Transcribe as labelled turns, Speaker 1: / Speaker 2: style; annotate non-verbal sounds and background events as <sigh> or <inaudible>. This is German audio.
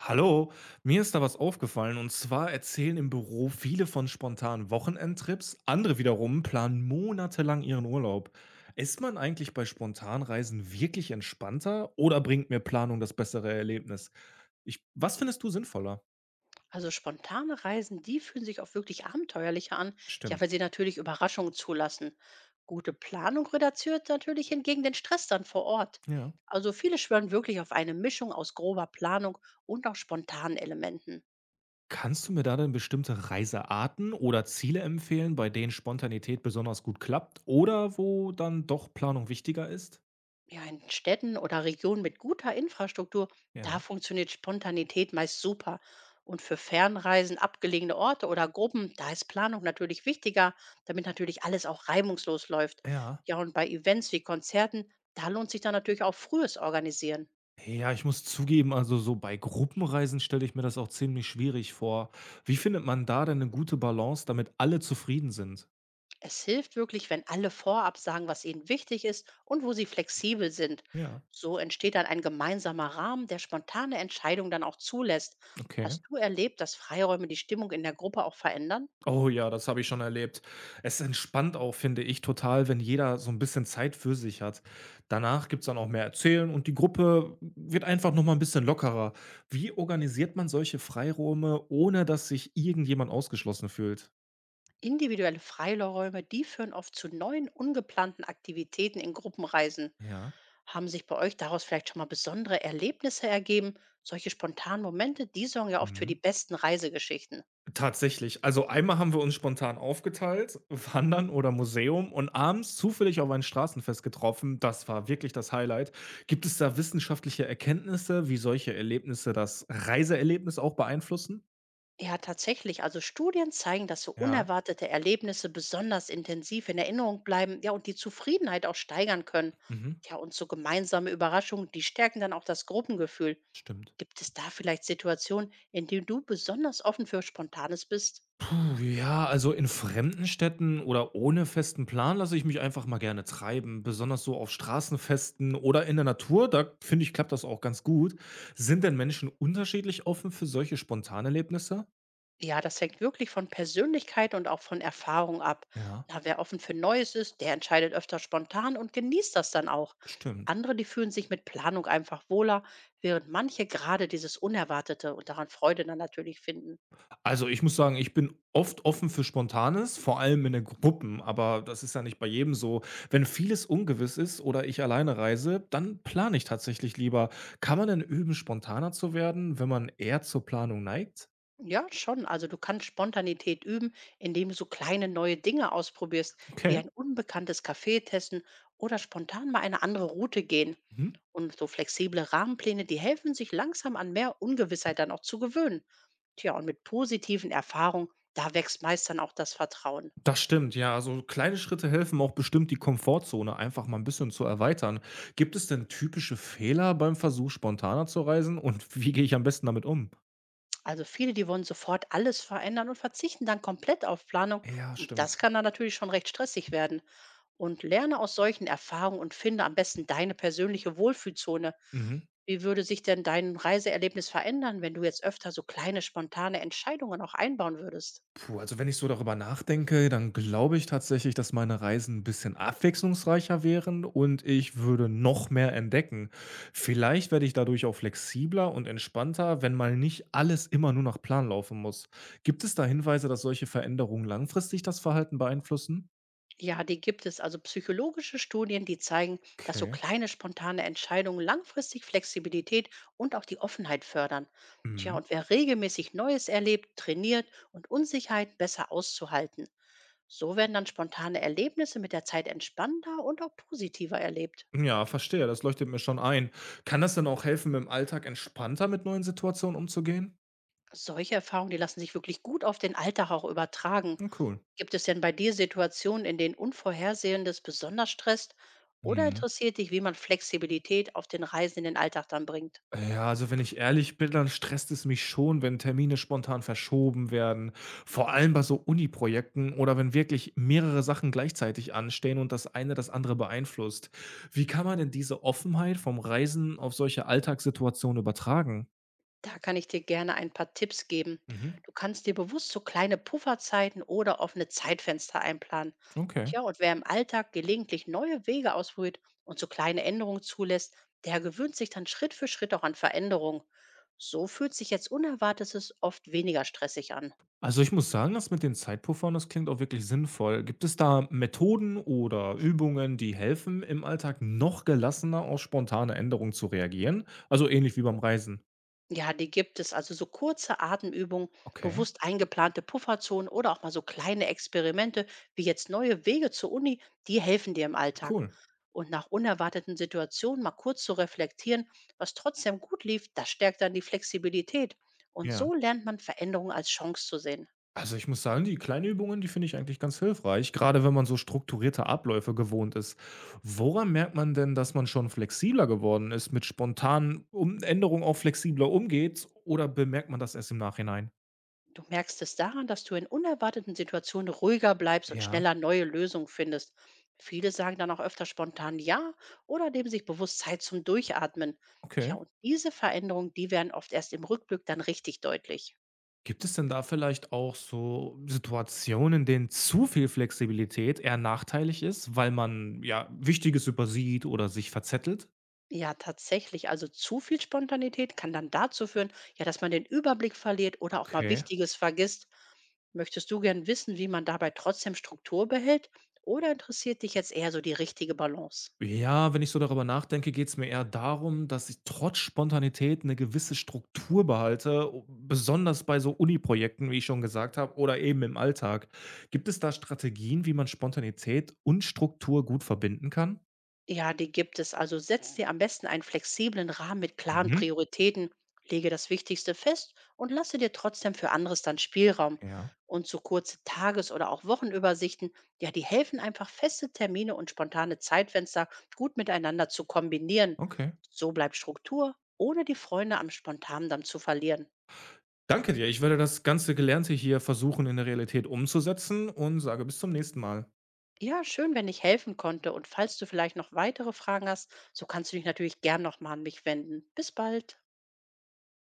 Speaker 1: Hallo, mir ist da was aufgefallen und zwar erzählen im Büro viele von spontanen Wochenendtrips, andere wiederum planen monatelang ihren Urlaub. Ist man eigentlich bei Spontanreisen wirklich entspannter oder bringt mir Planung das bessere Erlebnis? Was findest du sinnvoller?
Speaker 2: Also spontane Reisen, die fühlen sich auch wirklich abenteuerlicher an, ja,
Speaker 1: Stimmt.
Speaker 2: weil sie natürlich Überraschungen zulassen. Gute Planung reduziert natürlich hingegen den Stress dann vor Ort.
Speaker 1: Ja.
Speaker 2: Also viele schwören wirklich auf eine Mischung aus grober Planung und auch spontanen Elementen.
Speaker 1: Kannst du mir da denn bestimmte Reisearten oder Ziele empfehlen, bei denen Spontanität besonders gut klappt oder wo dann doch Planung wichtiger ist?
Speaker 2: Ja, in Städten oder Regionen mit guter Infrastruktur,
Speaker 1: Ja.
Speaker 2: da funktioniert Spontanität meist super. Und für Fernreisen, abgelegene Orte oder Gruppen, da ist Planung natürlich wichtiger, damit natürlich alles auch reibungslos läuft.
Speaker 1: Ja.
Speaker 2: Ja, und bei Events wie Konzerten, da lohnt sich dann natürlich auch frühes Organisieren.
Speaker 1: Ja, ich muss zugeben, also so bei Gruppenreisen stelle ich mir das auch ziemlich schwierig vor. Wie findet man da denn eine gute Balance, damit alle zufrieden sind?
Speaker 2: Es hilft wirklich, wenn alle vorab sagen, was ihnen wichtig ist und wo sie flexibel sind.
Speaker 1: Ja,
Speaker 2: So entsteht dann ein gemeinsamer Rahmen, der spontane Entscheidungen dann auch zulässt.
Speaker 1: okay.
Speaker 2: Hast du erlebt, dass Freiräume die Stimmung in der Gruppe auch verändern?
Speaker 1: Oh ja, das habe ich schon erlebt. Es entspannt auch, finde ich, total, wenn jeder so ein bisschen Zeit für sich hat. Danach gibt's dann auch mehr Erzählen und die Gruppe wird einfach noch mal 'n bisschen lockerer. Wie organisiert man solche Freiräume, ohne dass sich irgendjemand ausgeschlossen fühlt?
Speaker 2: Individuelle Freiräume, die führen oft zu neuen, ungeplanten Aktivitäten in Gruppenreisen.
Speaker 1: Ja.
Speaker 2: Haben sich bei euch daraus vielleicht schon mal besondere Erlebnisse ergeben? Solche spontanen Momente, die sorgen ja oft für
Speaker 1: Mhm.
Speaker 2: die besten Reisegeschichten.
Speaker 1: Tatsächlich. Also einmal haben wir uns spontan aufgeteilt, <laughs> Wandern oder Museum und abends zufällig auf ein Straßenfest getroffen. Das war wirklich das Highlight. Gibt es da wissenschaftliche Erkenntnisse, wie solche Erlebnisse das Reiseerlebnis auch beeinflussen?
Speaker 2: Ja, tatsächlich. Also Studien zeigen, dass so
Speaker 1: Ja,
Speaker 2: unerwartete Erlebnisse besonders intensiv in Erinnerung bleiben, ja, und die Zufriedenheit auch steigern können.
Speaker 1: mhm,
Speaker 2: Ja, und so gemeinsame Überraschungen, die stärken dann auch das Gruppengefühl.
Speaker 1: stimmt.
Speaker 2: Gibt es da vielleicht Situationen, in denen du besonders offen für Spontanes bist?
Speaker 1: Puh, ja, also in fremden Städten oder ohne festen Plan lasse ich mich einfach mal gerne treiben. Besonders so auf Straßenfesten oder in der Natur, da finde ich, klappt das auch ganz gut. Sind denn Menschen unterschiedlich offen für solche Spontanerlebnisse?
Speaker 2: Ja, das hängt wirklich von Persönlichkeit und auch von Erfahrung ab.
Speaker 1: Ja.
Speaker 2: Na, wer offen für Neues ist, der entscheidet öfter spontan und genießt das dann auch.
Speaker 1: Stimmt.
Speaker 2: Andere, die fühlen sich mit Planung einfach wohler, während manche gerade dieses Unerwartete und daran Freude dann natürlich finden.
Speaker 1: Also, ich muss sagen, ich bin oft offen für Spontanes, vor allem in den Gruppen, aber das ist ja nicht bei jedem so. Wenn vieles ungewiss ist oder ich alleine reise, dann plane ich tatsächlich lieber. Kann man denn üben, spontaner zu werden, wenn man eher zur Planung neigt?
Speaker 2: Ja, schon. Also du kannst Spontanität üben, indem du so kleine neue Dinge ausprobierst, wie
Speaker 1: Okay.
Speaker 2: ein unbekanntes Café testen oder spontan mal eine andere Route gehen.
Speaker 1: Mhm.
Speaker 2: Und so flexible Rahmenpläne, die helfen sich langsam an mehr Ungewissheit dann auch zu gewöhnen. Tja, und mit positiven Erfahrungen, da wächst meist dann auch das Vertrauen.
Speaker 1: Das stimmt, ja. Also kleine Schritte helfen auch bestimmt, die Komfortzone einfach mal ein bisschen zu erweitern. Gibt es denn typische Fehler beim Versuch, spontaner zu reisen und wie gehe ich am besten damit um?
Speaker 2: Also viele, die wollen sofort alles verändern und verzichten dann komplett auf Planung.
Speaker 1: Ja,
Speaker 2: Und das
Speaker 1: stimmt.
Speaker 2: kann dann natürlich schon recht stressig werden. Und lerne aus solchen Erfahrungen und finde am besten deine persönliche Wohlfühlzone.
Speaker 1: Mhm.
Speaker 2: Wie würde sich denn dein Reiseerlebnis verändern, wenn du jetzt öfter so kleine spontane Entscheidungen auch einbauen würdest?
Speaker 1: Puh, also wenn ich so darüber nachdenke, dann glaube ich tatsächlich, dass meine Reisen ein bisschen abwechslungsreicher wären und ich würde noch mehr entdecken. Vielleicht werde ich dadurch auch flexibler und entspannter, wenn mal nicht alles immer nur nach Plan laufen muss. Gibt es da Hinweise, dass solche Veränderungen langfristig das Verhalten beeinflussen?
Speaker 2: Ja, die gibt es. Also psychologische Studien, die zeigen, dass so
Speaker 1: Okay.
Speaker 2: kleine spontane Entscheidungen langfristig Flexibilität und auch die Offenheit fördern. Tja,
Speaker 1: Mhm.
Speaker 2: und wer regelmäßig Neues erlebt, trainiert und Unsicherheit besser auszuhalten. So werden dann spontane Erlebnisse mit der Zeit entspannter und auch positiver erlebt.
Speaker 1: Ja, verstehe, das leuchtet mir schon ein. Kann das denn auch helfen, im Alltag entspannter mit neuen Situationen umzugehen?
Speaker 2: Solche Erfahrungen, die lassen sich wirklich gut auf den Alltag auch übertragen.
Speaker 1: Hm, cool.
Speaker 2: Gibt es denn bei dir Situationen, in denen Unvorhersehendes besonders stresst? Oder
Speaker 1: Mhm.
Speaker 2: interessiert dich, wie man Flexibilität auf den Reisen in den Alltag dann bringt?
Speaker 1: Ja, also wenn ich ehrlich bin, dann stresst es mich schon, wenn Termine spontan verschoben werden. Vor allem bei so Uni-Projekten oder wenn wirklich mehrere Sachen gleichzeitig anstehen und das eine das andere beeinflusst. Wie kann man denn diese Offenheit vom Reisen auf solche Alltagssituationen übertragen?
Speaker 2: Da kann ich dir gerne ein paar Tipps geben.
Speaker 1: Mhm.
Speaker 2: Du kannst dir bewusst so kleine Pufferzeiten oder offene Zeitfenster einplanen.
Speaker 1: Okay.
Speaker 2: Tja, und wer im Alltag gelegentlich neue Wege ausprobiert und so kleine Änderungen zulässt, der gewöhnt sich dann Schritt für Schritt auch an Veränderungen. So fühlt sich jetzt Unerwartetes oft weniger stressig an.
Speaker 1: Also ich muss sagen, das mit den Zeitpuffern, das klingt auch wirklich sinnvoll. Gibt es da Methoden oder Übungen, die helfen, im Alltag noch gelassener auf spontane Änderungen zu reagieren? Also ähnlich wie beim Reisen.
Speaker 2: Ja, die gibt es. Also so kurze Atemübungen,
Speaker 1: Okay.
Speaker 2: bewusst eingeplante Pufferzonen oder auch mal so kleine Experimente wie jetzt neue Wege zur Uni, die helfen dir im Alltag.
Speaker 1: Cool.
Speaker 2: Und nach unerwarteten Situationen mal kurz zu reflektieren, was trotzdem gut lief, das stärkt dann die Flexibilität. Und
Speaker 1: Ja.
Speaker 2: so lernt man Veränderungen als Chance zu sehen.
Speaker 1: Also, ich muss sagen, die kleinen Übungen, die finde ich eigentlich ganz hilfreich, gerade wenn man so strukturierte Abläufe gewohnt ist. Woran merkt man denn, dass man schon flexibler geworden ist, mit spontanen Um Änderungen auch flexibler umgeht oder bemerkt man das erst im Nachhinein?
Speaker 2: Du merkst es daran, dass du in unerwarteten Situationen ruhiger bleibst und
Speaker 1: Ja,
Speaker 2: schneller neue Lösungen findest. Viele sagen dann auch öfter spontan Ja oder nehmen sich bewusst Zeit zum Durchatmen. Ja,
Speaker 1: okay.
Speaker 2: und diese Veränderungen, die werden oft erst im Rückblick dann richtig deutlich.
Speaker 1: Gibt es denn da vielleicht auch so Situationen, in denen zu viel Flexibilität eher nachteilig ist, weil man, ja, Wichtiges übersieht oder sich verzettelt?
Speaker 2: Ja, tatsächlich. Also zu viel Spontanität kann dann dazu führen, ja, dass man den Überblick verliert oder auch mal
Speaker 1: Okay.
Speaker 2: Wichtiges vergisst. Möchtest du gern wissen, wie man dabei trotzdem Struktur behält? Oder interessiert dich jetzt eher so die richtige Balance?
Speaker 1: Ja, wenn ich so darüber nachdenke, geht es mir eher darum, dass ich trotz Spontanität eine gewisse Struktur behalte, o besonders bei so Uni-Projekten, wie ich schon gesagt habe, oder eben im Alltag. Gibt es da Strategien, wie man Spontanität und Struktur gut verbinden kann?
Speaker 2: Ja, die gibt es. Also setz dir am besten einen flexiblen Rahmen mit klaren
Speaker 1: Mhm.
Speaker 2: Prioritäten, lege das Wichtigste fest und lasse dir trotzdem für anderes dann Spielraum.
Speaker 1: Ja,
Speaker 2: Und so kurze Tages- oder auch Wochenübersichten, ja, die helfen einfach feste Termine und spontane Zeitfenster gut miteinander zu kombinieren.
Speaker 1: okay.
Speaker 2: So bleibt Struktur, ohne die Freunde am Spontanen dann zu verlieren.
Speaker 1: Danke dir. Ich werde das ganze Gelernte hier versuchen, in der Realität umzusetzen und sage bis zum nächsten Mal.
Speaker 2: Ja, schön, wenn ich helfen konnte. Und falls du vielleicht noch weitere Fragen hast, so kannst du dich natürlich gern nochmal an mich wenden. Bis bald.